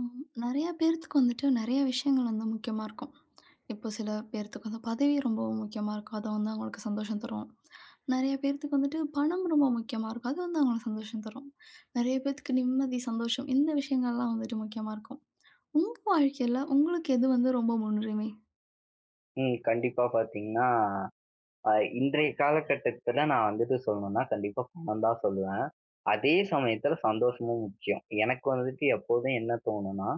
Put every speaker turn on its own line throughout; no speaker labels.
ம். நெறையா பேர்த்துக்கு வந்துட்டு நெறைய விஷயங்கள் வந்து முக்கியமா இருக்கும். இப்போ சில பேர்த்துக்கு வந்து பதவி ரொம்ப முக்கியமா இருக்கும். அது வந்து அவங்களுக்கு சந்தோஷம் தரும். நெறைய பேர்த்துக்கு வந்துட்டு பணம் ரொம்ப முக்கியமா இருக்கும். அது வந்து அவங்களுக்கு சந்தோஷம் தரும். நெறைய பேத்துக்கு நிம்மதி, சந்தோஷம் இந்த விஷயங்கள்லாம் வந்துட்டு முக்கியமா இருக்கும். உங்க வாழ்க்கையில உங்களுக்கு எது வந்து ரொம்ப முன்னுரிமை?
ம். கண்டிப்பா பார்த்தீங்கன்னா, அ இன்றைய காலகட்டத்துல நான் வந்துட்டு சொல்லணும்னா, கண்டிப்பா பணம் தான் சொல்லுவேன். அதே சமயத்துல சந்தோஷமும் முக்கியம். எனக்கு வந்துட்டு எப்போதும் என்ன தோணும்னா,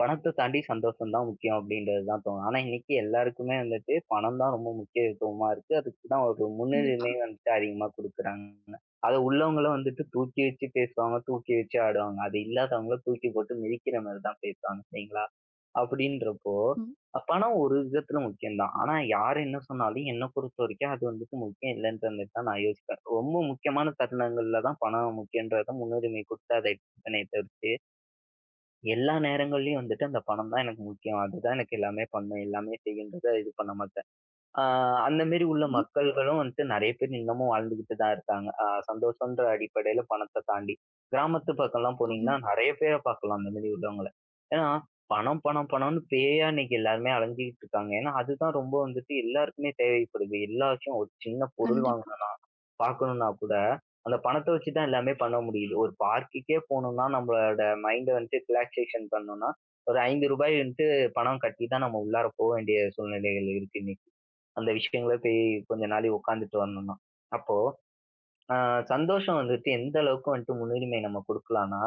பணத்த தாண்டி சந்தோஷம் தான் முக்கியம் அப்படின்றது தான் தோணும். ஆனா இன்னைக்கு எல்லாருக்குமே வந்துட்டு பணம் தான் ரொம்ப முக்கியத்துவமா இருக்கு. அதுக்கு தான் ஒரு
கண்டிப்பா.
முன்னுரிமை வந்துட்டு அதிகமா குடுக்குறாங்க. அத உள்ளவங்களும் வந்துட்டு தூக்கி வச்சு பேசுவாங்க, தூக்கி வச்சு ஆடுவாங்க. அது இல்லாதவங்கள தூக்கி போட்டு மிதிக்கிற மாரி தான் பேசுவாங்க இல்லைங்களா? அப்படின்றப்போ
ம்.
பணம் ஒரு விதத்துல முக்கியம் தான். ஆனா யார் என்ன சொன்னாலும் என்ன பொறுத்தவரைக்கும் அது வந்துட்டு முக்கியம் இல்லன்ற மாரி தான் நான் யோசிப்பேன். ரொம்ப முக்கியமான தருணங்கள்ல தான் பணம் முக்கியன்றத முன்னுரிமை குடுத்து அத பண்ணே தவிர்த்து, எல்லா நேரங்கள்லயும் வந்துட்டு அந்த பணம் தான் எனக்கு முக்கியம். அதுதான் எனக்கு எல்லாமே பண்ணும், எல்லாமே செய்யுன்றத இது பண்ண மாட்டேன். ஆ அந்த மாரி உள்ள
ம்.
மக்கள்களும் வந்துட்டு நெறைய பேர் இன்னமும் வாழ்ந்துகிட்டு தான் இருக்காங்க. சந்தோஷம்ன்ற அடிப்படையில பணத்த தாண்டி. கிராமத்து பக்கம்லாம்
ஆமா.
போனீங்கன்னா, நெறைய பேர பார்க்கலாம் அந்த மாரி உள்ளவங்கள. ஏன்னா, பணம், பணம், பணம்னு பேயா இன்னைக்கு எல்லாருமே அலைஞ்சுகிட்டு இருக்காங்க. ஏன்னா, அதுதான் ரொம்ப வந்துட்டு எல்லாருக்குமே தேவைப்படுது. எல்லா விஷயம் ஒரு சின்ன பொருள் வாங்க
கண்டிப்பா.
பார்க்கணும்னா கூட, அந்த பணத்த வச்சு தான் எல்லாமே பண்ண முடியுது. ஒரு பார்க்குக்கே போனோம்னா நம்மளோட மைண்ட வந்துட்டு ரிலாக்சேஷன் பண்ணணும்னா, ஒரு ரூ. 5 வந்துட்டு பணம் கட்டி தான் நம்ம உள்ளார போ வேண்டிய சூழ்நிலைகள் இருக்கு இன்னைக்கு. அந்த விஷயங்கள போய் கொஞ்ச நாழி உட்கார்ந்துட்டு வரணும்னா. அப்போ அ சந்தோஷம் வந்துட்டு எந்த அளவுக்கு வந்துட்டு முன்னுரிமை நம்ம குடுக்கலாம்னா,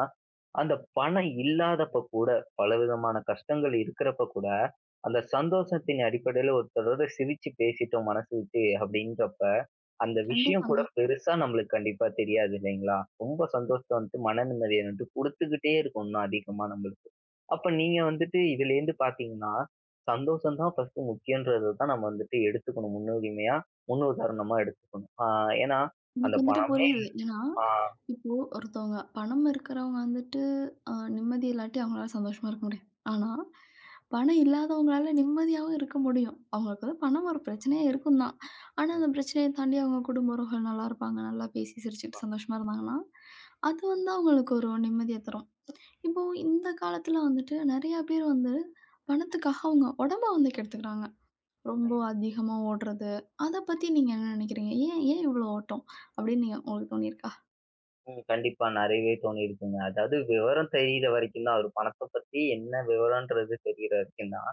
அந்த பணம் இல்லாதப்ப கூட, பலவிதமான கஷ்டங்கள் இருக்கிறப்ப கூட, அந்த சந்தோஷத்தின் அடிப்படையில ஒருத்தரோட சிரிச்சு பேசிட்டோம் மனசு விட்டு அப்படின்றப்ப அந்த விஷயம் கூட
கண்டிப்பாங்க.
பெருசா நம்மளுக்கு கண்டிப்பா தெரியாது இல்லைங்களா? ரொம்ப சந்தோஷத்த வந்துட்டு, மன நிம்மதிய வந்துட்டு குடுத்துக்கிட்டே இருக்கும் இன்னும் அதிகமா நம்மளுக்கு. அப்ப நீங்க வந்துட்டு இதுலேருந்து பார்த்தீங்கன்னா, சந்தோஷம் தான் ஃபர்ஸ்ட்டு முக்கியன்றத தான் நம்ம வந்துட்டு எடுத்துக்கணும் முன்னுரிமையா, முன்னுதாரணமா எடுத்துக்கணும். ஏன்னா, அந்த
எனக்கு வந்துட்டு
பணமே.
புரியுது. ஏன்னா, இப்போ ஒருத்தவங்க பணம் இருக்கிறவங்க வந்துட்டு நிம்மதி இல்லாட்டி அவங்களால சந்தோஷமா இருக்க முடியாது. ஆனா, பணம் இல்லாதவங்களால நிம்மதியாவும் இருக்க முடியும். அவங்களுக்கு வந்து பணம் ஒரு பிரச்சனையா இருக்கும் தான். ஆனா, அந்த பிரச்சனைய தாண்டி அவங்க குடும்ப உறவுகள் நல்லா இருப்பாங்க. நல்லா பேசி சிரிச்சுட்டு சந்தோஷமா இருந்தாங்கன்னா, அது வந்து அவங்களுக்கு ஒரு நிம்மதிய தரும். இப்போ இந்த காலத்துல வந்துட்டு நெறையா பேர் வந்து பணத்துக்காக அவங்க உடம்ப வந்து கெடுத்துக்கிறாங்க.
ஆ.
ரொம்ப அதிகமா ஓடுறது. அத பத்தி நீங்க என்ன நெனைக்கிறீங்க? ஏன் ஏன் இவ்ளோ ஓட்டம்? அப்படின்னு நீங்க உங்களுக்கு தோணியிருக்கா?
ம். கண்டிப்பா நெறையவே தோணியிருக்குங்க. அதாவது விவரம் தெரியிற வரைக்கும் தான். ஒரு பணத்த பத்தி என்ன விவரம்ன்றது தெரியிற வரைக்கும் தான்.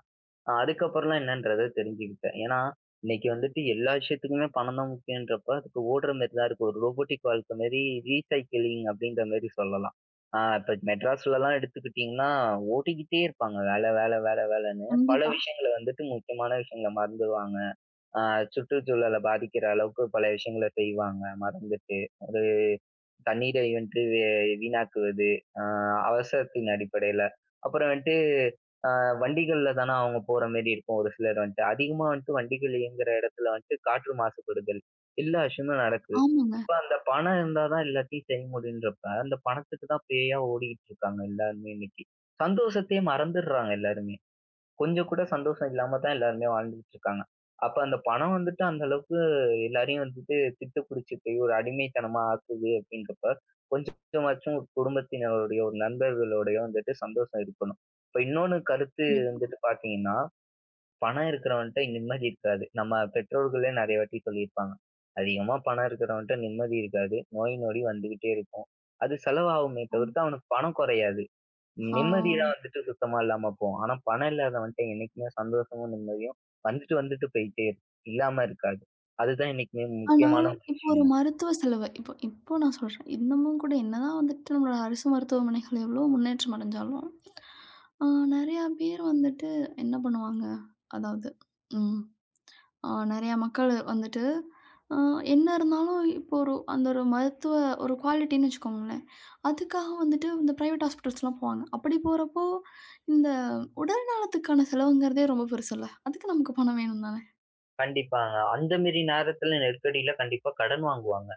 அதுக்கப்புறம்லாம் என்னன்றத தெரிஞ்சுக்கிட்டேன். ஏன்னா, இன்னைக்கு வந்துட்டு எல்லா விஷயத்துக்குமே பணம் தான் முக்கியன்றப்ப, அதுக்கு ஓடுற மாரி தான் இருக்கு. ஒரு ரோபோட்டிக் வாழ்க்கை மாரி ரீசைக்கிளிங் அப்படின்ற மாரி சொல்லலாம். இப்ப மெட்ராஸ்லலாம் எடுத்துக்கிட்டீங்கன்னா, ஓட்டிக்கிட்டே இருப்பாங்க. வேல, வேல, வேல, வேலன்னு. பல
கண்டிப்பா.
விஷயங்கள வந்துட்டு முக்கியமான விஷயங்கள மறந்துருவாங்க. ஆ சுற்றுச்சூழல பாதிக்கிற அளவுக்கு பல விஷயங்கள செய்வாங்க மறந்துட்டு. ஒரு தண்ணீரை வந்துட்டு வீணாக்குவது, ஆ அவசரத்தின் அடிப்படையில. அப்புறம் வந்துட்டு ஆ வண்டிகள்ல தானே அவங்க போற மாரி இருக்கும் ஒரு சிலர் வந்துட்டு. அதிகமா வந்துட்டு வண்டிகள் இயங்குற இடத்துல வந்துட்டு காற்று மாசுபடுதல் எல்லா விஷயமும் நடக்குது.
ஆமாங்க.
அப்ப அந்த பணம் இருந்தா தான் எல்லாத்தையும் செய்ய முடியுன்றப்ப, அந்த பணத்துக்கு தான் பேயா ஓடிக்கிட்டு இருக்காங்க எல்லாருமே இன்னைக்கு. சந்தோஷத்தையே மறந்துடுறாங்க எல்லாருமே. கொஞ்சம் கூட சந்தோஷம் இல்லாம தான் எல்லாருமே வாழ்ந்துகிட்டு இருக்காங்க. அப்ப அந்த பணம் வந்துட்டு அந்த அளவுக்கு எல்லாரையும் வந்துட்டு திட்டு பிடிச்சுட்டு ஒரு அடிமைத்தனமா ஆக்குது அப்படின்றப்ப, கொஞ்சமாச்சும் ஒரு குடும்பத்தினருடைய, ஒரு நண்பர்களுடைய வந்துட்டு சந்தோஷம் இருக்கணும். இப்ப இன்னொன்னு கருத்து
கண்டிப்பா.
வந்துட்டு பார்த்தீங்கன்னா, பணம் இருக்கிறவன்ட்ட நிம்மதி இருக்காது. நம்ம பெற்றோர்களே நெறைய வாட்டி சொல்லியிருப்பாங்க. அதிகமா பணம் இருக்கிறவன்ட்ட நிம்மதி இருக்காது. நோய் நொடி வந்துகிட்டே இருக்கும். அது செலவாகுமே
ஆமா.
தவிர்த்து அவனுக்கு பணம் குறையாது.
ஆ.
நிம்மதி தான் வந்துட்டு சுத்தமா இல்லாம போகும். ஆனா பணம் இல்லாதவன் வந்துட்டு என்னைக்குமே சந்தோஷமும், நிம்மதியும் வந்துட்டு வந்துட்டு போயிட்டே இருக்கும். இல்லாம இருக்காது. அதுதான் என்னைக்குமே
ஆனா,
முக்கியமான ஒரு
இப்போ ஒரு
விஷயம்.
மருத்துவ செலவு இப்போ இப்போ நான் சொல்றேன். இன்னமும் கூட என்னதான் வந்துட்டு நம்மளோட அரசு மருத்துவமனைகள் எவ்வளோ முன்னேற்றம் அடைஞ்சாலும், ஆ நெறையா பேர் வந்துட்டு என்ன பண்ணுவாங்க? அதாவது ம். நெறையா மக்கள் வந்துட்டு, அ என்ன இருந்தாலும் இப்போ ஒரு அந்த ஒரு மருத்துவ ஒரு குவாலிட்டின்னு வச்சுக்கோங்களேன். அதுக்காக வந்துட்டு இந்த பிரைவேட் ஹாஸ்பிட்டல்ஸ்லாம் போவாங்க. அப்படி போறப்போ, இந்த உடல் நலத்துக்கான செலவுங்கிறதே ரொம்ப பெருசுல்ல. அதுக்கு நமக்கு பணம் வேணும் தானே!
கண்டிப்பாங்க. அந்த மேரி நேரத்துல நெருக்கடியில கண்டிப்பா கடன் வாங்குவாங்க.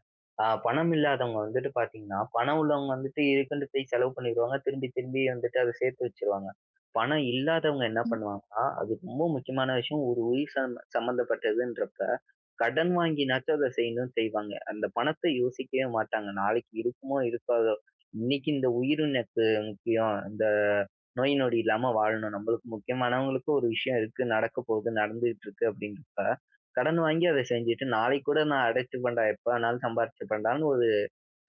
பணம் இல்லாதவங்க வந்துட்டு பாத்தீங்கன்னா, பணம் உள்ளவங்க வந்துட்டு இருக்குன்னு போய் செலவு பண்ணிருவாங்க. திரும்பி திரும்பி வந்துட்டு அத சேர்த்து வச்சுருவாங்க. பணம் இல்லாதவங்க என்ன
ம்.
பண்ணுவாங்கன்னா, அது ரொம்ப முக்கியமான விஷயம். ஒரு உயிர் சம்ம சம்மந்தப்பட்டதுன்றப்ப, கடன் வாங்கினாச்சும் அத செய்யணும்னு செய்வாங்க. அந்த பணத்த யோசிக்கவே மாட்டாங்க. நாளைக்கு இருக்குமோ இருக்காதோ! இன்னைக்கு இந்த உயிர் எனக்கு முக்கியம். இந்த நோய் நொடி இல்லாம வாழணும். நம்மளுக்கு முக்கியமானவங்களுக்கு ஒரு விஷயம் இருக்கு, நடக்க போகுது, நடந்துகிட்டு இருக்கு அப்படின்றப்ப கடன் வாங்கி அத செஞ்சுட்டு, நாளைக்கு கூட நான் அடைச்சுப்பேன்டா, எப்ப வேணாலும் சம்பாரிச்சுப்பேன்டான்னு ஒரு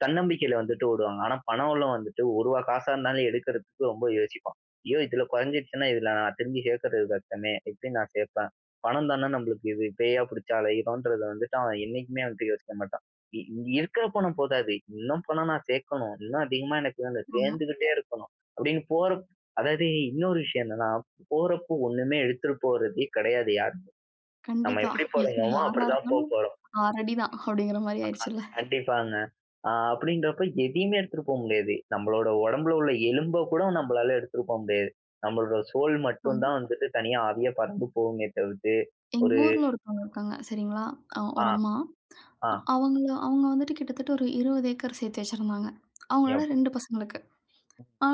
தன்னம்பிக்கையில வந்துட்டு ஓடுவாங்க. ஆனா பணம் உள்ளவன் வந்துட்டு ரூ. 1 காசா இருந்தாலும் எடுக்கிறதுக்கு ரொம்ப யோசிப்பான். ஐயோ! இதுல குறைஞ்சிருச்சுன்னா இதுல நான் திரும்பி சேர்க்கிறது கஷ்டமே. எப்படி நான் சேர்ப்பேன்? பணம் தானே நம்மளுக்கு இது பேயா புடிச்சு அலையுறோம்ன்றத வந்துட்டு அவன் என்னைக்குமே வந்துட்டு யோசிக்க மாட்டான். இ இ- இருக்கிற பணம் போதாது. இன்னும் பணம் நான் சேர்க்கணும். இன்னும் அதிகமா எனக்கு வேணும்.
ஆமா.
சேர்ந்துகிட்டே இருக்கணும். அப்படின்னு போற அதாவது இன்னொரு விஷயம் என்னன்னா, போறப்போ ஒண்ணுமே எடுத்துட்டு போறதே கிடையாது. யாருமே நம்ம
கண்டிப்பா.
எப்படி
ஏன்னா
பொறந்தோமோ
யாரா
அப்படிதான்
இருந்தாலும்
போப்போறோம்.
6 அடி தான் அப்படிங்கிற மாரி ஆயிருச்சுல்ல.
கண்டிப்பாங்க. அப்படின்றப்ப எதையுமே எடுத்துட்டு போ முடியாது. நம்மளோட உடம்புல உள்ள எலும்ப கூட நம்மளால எடுத்துட்டு போ முடியாது. நம்மளோட சோல் மட்டும்
ஆமா.
தான் வந்துட்டு தனியா ஆவியா பறந்து போகுமே தவிர்த்து,
எங்க
ஒரு
ஊர்ல ஒருத்தவங்க இருக்காங்க. சரிங்களா?
ஆ,
ஒரு அம்மா.
ஆ.
அவங்கள அவங்க வந்துட்டு கிட்டத்தட்ட ஒரு 20 ஏக்கர் சேர்த்து வச்சிருந்தாங்க.
ஞா
அவங்களோட 2 பசங்களுக்கு. ஆ,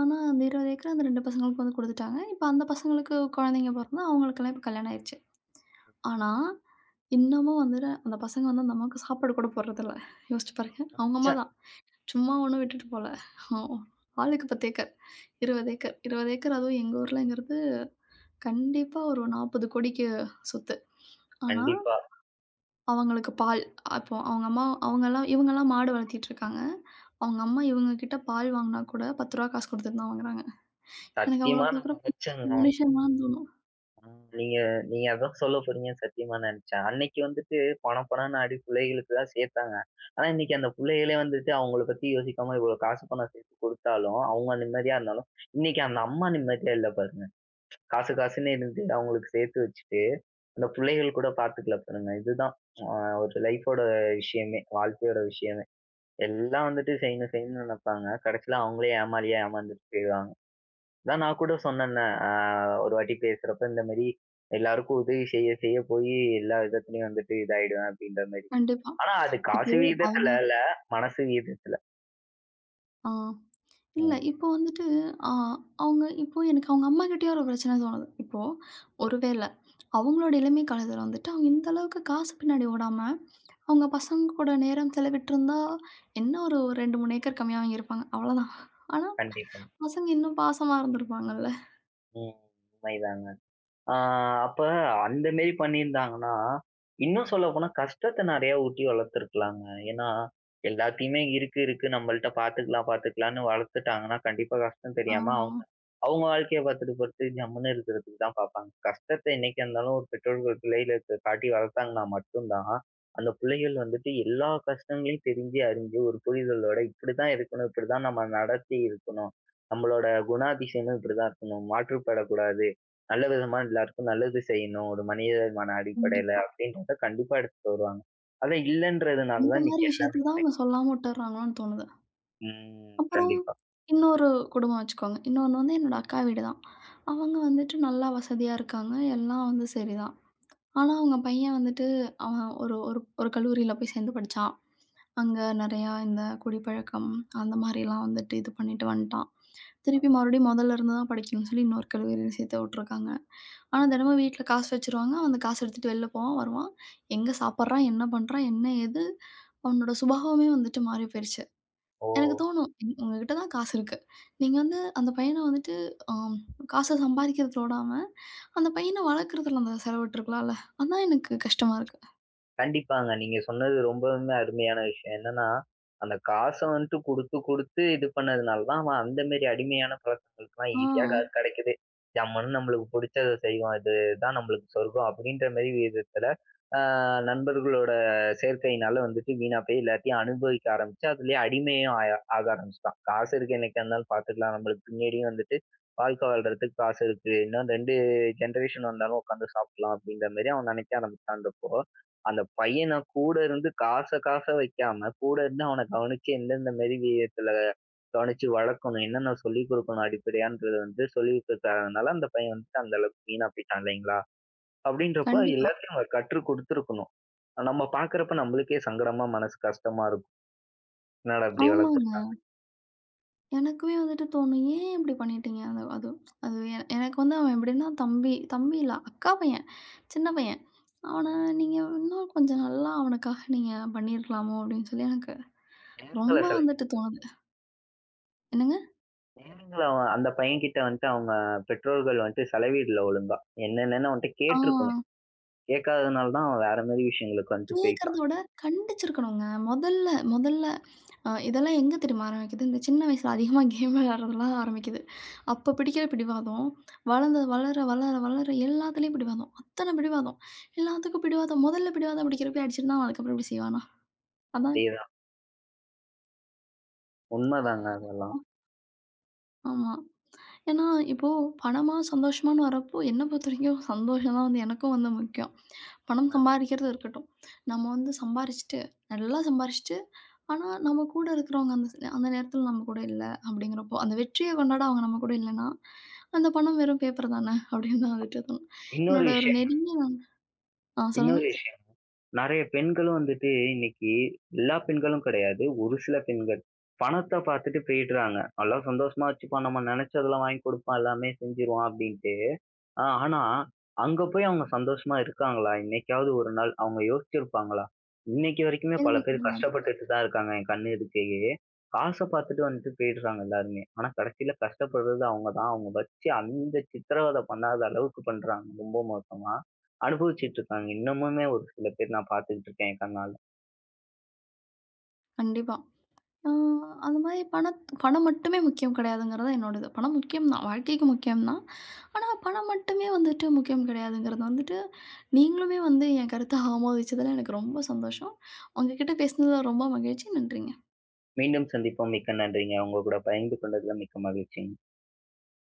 ஆனா அந்த 20 ஏக்கர் அந்த 2 பசங்களுக்கு வந்து குடுத்துட்டாங்க. இப்ப அந்த பசங்களுக்கு குழந்தைங்க பொறந்து, அவங்களுக்கெல்லாம் இப்ப கல்யாணம் ஆயிருச்சு. ஆனா, இன்னமும் வந்துட்டு அந்த பசங்க வந்து அந்த அம்மாவுக்கு சாப்பாடு கூட போடுறதில்ல. யோசிச்சு பாருங்க. அவங்க அம்மா தான். சும்மா ஒண்ணும் விட்டுட்டு போல. ஆ- ஆளுக்கு 10 ஏக்கர், 20 ஏக்கர், 20 ஏக்கர் அதுவும் எங்க ஊர்லங்கிறது கண்டிப்பா ஒரு 40 கோடிக்கு சொத்து. ஆனா
கண்டிப்பா.
அவங்களுக்கு பால் அப்போ அவங்க அம்மா அவங்கலாம் இவங்கலாம் மாடு வளர்த்திட்ருக்காங்க. அவங்க அம்மா இவங்க கிட்ட பால் வாங்குனா கூட ரூ. 10 காசு குடுத்துட்டு தான் வாங்குறாங்க. எனக்கு அவங்கள
சத்தியமா நான்
பார்க்குறப்ப
நெனச்சேங்க.
மனுஷங்களா தோணும்.
நீங்க நீங்க அதான் சொல்ல போறீங்கன்னு சத்தியமா நினைச்சேன். அன்னைக்கு வந்துட்டு பணம் பணம்ன்னு ஆடி புள்ளைகளுக்கு தான் சேர்த்தாங்க. ஆனா இன்னைக்கு அந்த புள்ளைகளே வந்துட்டு அவங்கள பத்தி யோசிக்காம இவ்வளவு காசு பணம் சேர்த்து கொடுத்தாலும் அவங்க நிம்மதியா இருந்தாலும் இன்னைக்கு அந்த அம்மா நிம்மதியா இல்ல பாருங்க. காசு காசுன்னு இருந்து அவங்களுக்கு சேர்த்து வச்சுட்டு அந்த புள்ளைகள் கூட பார்த்துக்கல பாருங்க. இதுதான் ஒரு லைஃபோட விஷயமே, வாழ்க்கையோட விஷயமே. எல்லாம் வந்துட்டு செய்யணும் செய்யணும்னு நினைப்பாங்க. கடைசியில அவங்களே ஏமாளியா ஏமாந்துட்டு போயிடுவாங்க. அதான் நான் கூட சொன்னேன்ல, ஒரு வாட்டி பேசுறப்ப இந்த மாரி எல்லாருக்கும் உதவி செய்ய செய்ய போயி எல்லா விதத்துலயும் வந்துட்டு இதாயிடுவேன் அப்படின்ற மாரி.
கண்டிப்பா.
ஆனா அது காசு
இப்போ அவங்க
விகிதத்துல இல்ல, மனசு விகிதத்துல.
ஆ இல்ல
ம்.
இப்போ வந்துட்டு ஆ அவங்க இப்போ எனக்கு அவங்க அம்மா கிட்டேயும் ஒரு பிரச்சனை தோணுது. இப்போ ஒரு வேள அவங்களோட இளமை காலத்தில வந்துட்டு அவங்க இந்த அளவுக்கு காசு பின்னாடி ஓடாம, அவங்க பசங்க கூட நேரம் செலவிட்டிருந்தா என்ன ஒரு 2, 3 ஏக்கர் கம்மியா வாங்கியிருப்பாங்க. அவ்வளோதான். ஆனா
கண்டிப்பா.
பசங்க இன்னும் பாசமா இருந்திருப்பாங்கல்ல.
ம். உண்மைதாங்க. ஆ அப்ப அந்த மேரி பண்ணியிருந்தாங்கன்னா, இன்னும் சொல்லப்போனா கஷ்டத்த நெறையா ஊட்டி வளர்த்துருக்கலாங்க. ஏன்னா, எல்லாத்தையுமே இருக்கு, இருக்கு நம்மள்ட்ட பாத்துக்கலாம், பாத்துக்கலான்னு வளர்த்துட்டாங்கன்னா, கண்டிப்பா கஷ்டம்
ஆ.
தெரியாம அவங்க அவங்க வாழ்க்கைய பாத்துட்டு, பாத்துட்டு ஜம்முன்னு இருக்கிறதுக்கு தான் பாப்பாங்க. கஷ்டத்த என்னைக்கா இருந்தாலும் ஒரு பெற்றோர்கள் பிள்ளைகளுக்கு காட்டி வளர்த்தாங்கன்னா மட்டும் தான், அந்த பிள்ளைகள் வந்துட்டு எல்லா கஷ்டங்களையும் தெரிஞ்சு, அறிஞ்சு ஒரு புரிதலோட இப்படிதான் இருக்கணும், இப்படிதான் நம்ம நடத்தி இருக்கணும். நம்மளோட குணாதிசயமும் இப்படிதான் இருக்கணும். மாற்றுப்படக்கூடாது. நல்ல விதமா எல்லாருக்கும் நல்லது செய்யணும். ஒரு மனிதமான அடிப்படையில
கண்டிப்பா.
அப்படின்றத கண்டிப்பா எடுத்துட்டு வருவாங்க. அத இல்லன்றதுனால
இந்த
தான்
மாரி
இன்னைக்கு எல்லாமே
விஷயத்த தான்
குறையுது.
அவங்க சொல்லாம விட்டுர்றாங்களோன்னு தோணுது.
ம்.
அப்புறம்
கண்டிப்பா.
இன்னொரு குடும்பம் வச்சுக்கோங்க. இன்னொன்னு வந்து என்னோட அக்கா வீடு தான். அவங்க வந்துட்டு நல்லா வசதியா இருக்காங்க. எல்லாம் வந்து சரிதான். ஆனா அவங்க பையன் வந்துட்டு அவன் ஒரு ஒரு ஒரு கல்லூரியில போய் சேர்ந்து படிச்சான். அங்க நெறையா இந்த குடிப்பழக்கம் அந்த மாரிலாம் வந்துட்டு இது பண்ணிட்டு வந்துட்டான்.
ஆம்.
திருப்பி மறுபடியும் மொதல்ல இருந்து தான் படிக்கணும்னு சொல்லி இன்னொரு கல்லூரியில சேர்த்து விட்டுருக்காங்க. ஆனா தினமும் வீட்ல காசு வச்சுருவாங்க. அவன் அந்த காசு எடுத்துட்டு வெளில போவான், வருவான். எங்க சாப்பிடுறான், என்ன பண்றான், என்ன ஏது அவனோட சுபாவமே வந்துட்டு மாறி போயிருச்சு.
ஓ!
எனக்கு தோணும், உங்ககிட்ட தான் காசு இருக்கு. நீங்க வந்து அந்த பையன வந்துட்டு ஆம் காச சம்பாதிக்கிறதுல விடாம, அந்த பையன வளர்க்கறதுல அந்த செலவிட்டுருக்கலாம்ல. அதான் எனக்கு கஷ்டமா இருக்கு.
கண்டிப்பாங்க. நீங்க சொன்னது ரொம்பவுமே அருமையான விஷயம். என்னன்னா, அந்த காச வந்துட்டு குடுத்து குடுத்து இது பண்ணதுனால தான் அவன் அந்த மாரி அடிமையான பழக்கங்களுக்குலாம்
ஆ.
ஈஸியா காசு கிடைக்குது. ஜம்முன்னு நம்மளுக்கு புடிச்சத செய்வோம். இதுதான் நம்மளுக்கு சொர்க்கம் அப்படின்ற மாரி விதத்துல, ஆ நண்பர்களோட சேர்க்கையினால வந்துட்டு வீணா போய் எல்லாத்தையும் அனுபவிக்க ஆரம்பிச்சு, அதுலயே அடிமையும் ஆய ஆக ஆரம்பிச்சுட்டான். காசு இருக்கு என்னைக்கா இருந்தாலும் பாத்துக்கலாம். நம்மளுக்கு பின்னாடியும் வந்துட்டு வாழ்க்கை வாழ்றதுக்கு காசு இருக்கு. இன்னும் 2 ஜெனரேஷன் வந்தாலும் உட்காந்து சாப்பிடலாம் அப்படின்ற மாரி அவன் நினைக்க ஆரம்பிச்சான்றப்போ அந்த பையன் நான் கூட இருந்து காச காச வைக்காம, கூட இருந்து அவன கவனிச்சு எந்தெந்த மாரி விதத்துல கவனிச்சு வளர்க்கணும், என்னென்ன சொல்லிக் கொடுக்கணும் அடிப்படையான்றத வந்து சொல்லிக் கொடுக்காததுனால அந்த பையன் வந்துட்டு அந்த அளவுக்கு வீணா போயிட்டான் இல்லைங்களா? அப்படின்றப்ப
கண்டிப்பா.
எல்லாத்தையும் நம்ம கற்றுக் கொடுத்திருக்கணும். நம்ம பார்க்கிறப்ப நம்மளுக்கே சங்கடமா, மனசு கஷ்டமா இருக்கும். என்னடா இப்படி
ஆமாங்க.
வளர்த்துருக்காங்க.
எனக்குமே வந்துட்டு தோணும். ஏன் இப்படி பண்ணிட்டீங்க? அது அது அது எ எனக்கு வந்து அவன் எப்படின்னா தம்பி தம்பி இல்ல. அக்கா பையன். சின்ன பையன். அவன
ம்.
நீங்க இன்னும் கொஞ்சம் நல்லா அவனுக்காக நீங்க பண்ணியிருக்கலாமோ! அப்படின்னு சொல்லி எனக்கு
நேரங்கள
ரொம்ப வந்துட்டு
செலவிடணும்.
தோணுது. என்னங்க?
நேரங்கள அவன் அந்த பையன்கிட்ட வந்துட்டு அவங்க பெற்றோர்கள் வந்துட்டு செலவிடல ஒழுங்கா. என்னென்னன்னு அவன்ட்ட
ஆ
கேட்டிருக்கணும். கேட்காததுனால தான் அவன் வேற மாரி விஷயங்களுக்கு வந்துட்டு
கேட்கிறத
போயிட்டான்.
விட கண்டிச்சிருக்கணுங்க. முதல்ல முதல்ல அ இதெல்லாம் எங்க தெரியுமா ஆரம்பிக்குது, இந்த சின்ன வயசுல அதிகமா கேம் விளையாடுறதுலாம் ஆரம்பிக்குது. அப்போ பிடிக்கிற பிடிவாதம், வளர்ந்தது வளர வளர வளர எல்லாத்துலயும் பிடிவாதம். அத்தன பிடிவாதம். எல்லாத்துக்கும் பிடிவாதம். முதல்ல பிடிவாதம் பிடிக்கிறப்ப அடிச்சிருந்தா, அவன் அதுக்கப்புறம் இப்டி செய்வானா? அதான்
அதே உண்மதாங்க அதெல்லாம்.
ஆமா. ஏன்னா, இப்போ பணமா, சந்தோஷமான்னு வரப்போ என்ன பொறுத்தவரைக்கும் சந்தோஷம் தான் வந்து எனக்கும் வந்து முக்கியம். பணம்
உண்மைதாங்க.
சம்பாரிக்கிறது இருக்கட்டும். நம்ம வந்து சம்பாரிச்சுட்டு, நல்லா சம்பாரிச்சுட்டு ஆனா, நம்ம கூட இருக்கிறவங்க அந்த நேரத்துல நம்ம கூட இல்ல அப்படிங்கிறப்போ, அந்த வெற்றிய கொண்டாட அவங்க நம்ம கூட இல்லன்னா, அந்த பணம் வெறும் பேப்பர் தானே அப்படின்னு தான் வந்துட்டு தோணும்.
இன்னொரு
என்னோட ஒரு
விஷயம்,
நெருங்கிய நண்- ஆ,
இன்னொரு
சொல்லுங்க.
விஷயம். நெறைய பெண்களும் வந்துட்டு இன்னைக்கு எல்லா பெண்களும் கிடையாது. ஒரு சில பெண்கள். பணத்த பார்த்துட்டு போயிடுறாங்க. நல்லா சந்தோஷமா வச்சுப்பான். நம்ம நெனைச்சதெல்லாம் வாங்கி குடுப்பான். எல்லாமே செஞ்சுருவான் அப்டின்ட்டு. ஆனா, அங்க போய் அவங்க சந்தோஷமா இருக்காங்களா? என்னைக்காவது ஒரு நாள் அவங்க யோசிச்சிருப்பாங்களா? இன்னைக்கு வரைக்குமே பல பேர்
கேள்விக்குறிதான் அது.
கஷ்டப்பட்டுட்டு தான் இருக்காங்க, என் கண்ணு எதுர்க்கயே. காச பார்த்துட்டு வந்துட்டு போயிடுறாங்க எல்லாருமே. ஆனா கடைசியில கஷ்டப்படுறது அவங்க தான். அவங்க வச்சு அந்த சித்திரவதை பண்ணாத அளவுக்கு பண்றாங்க, ரொம்ப மோசமா. அனுபவிச்சுட்டு இருக்காங்க. இன்னமுமே ஒரு சில பேர் நான் பார்த்துக்கிட்டு இருக்கேன் என் கண்ணால.
கண்டிப்பா. ஆ அந்த மாரி பணம் மட்டுமே முக்கியம் கிடையாதுங்கிறது தான் என்னோட இது. பணம் முக்கியம் தான். வாழ்க்கைக்கு முக்கியம் தான். ஆனா, பணம் மட்டுமே வந்துட்டு முக்கியம் கிடையாதுங்கிறது வந்துட்டு, நீங்களுமே வந்து என் கருத்த ஆமோதிச்சதுல எனக்கு ரொம்ப சந்தோஷம். உங்க கிட்ட பேசினதுல ரொம்ப மகிழ்ச்சி. நன்றிங்க.
மீண்டும் சந்திப்போம். மிக்க நன்றிங்க. உங்க கூட பகிர்ந்து கொண்டதுல மிக்க மகிழ்ச்சிங்க.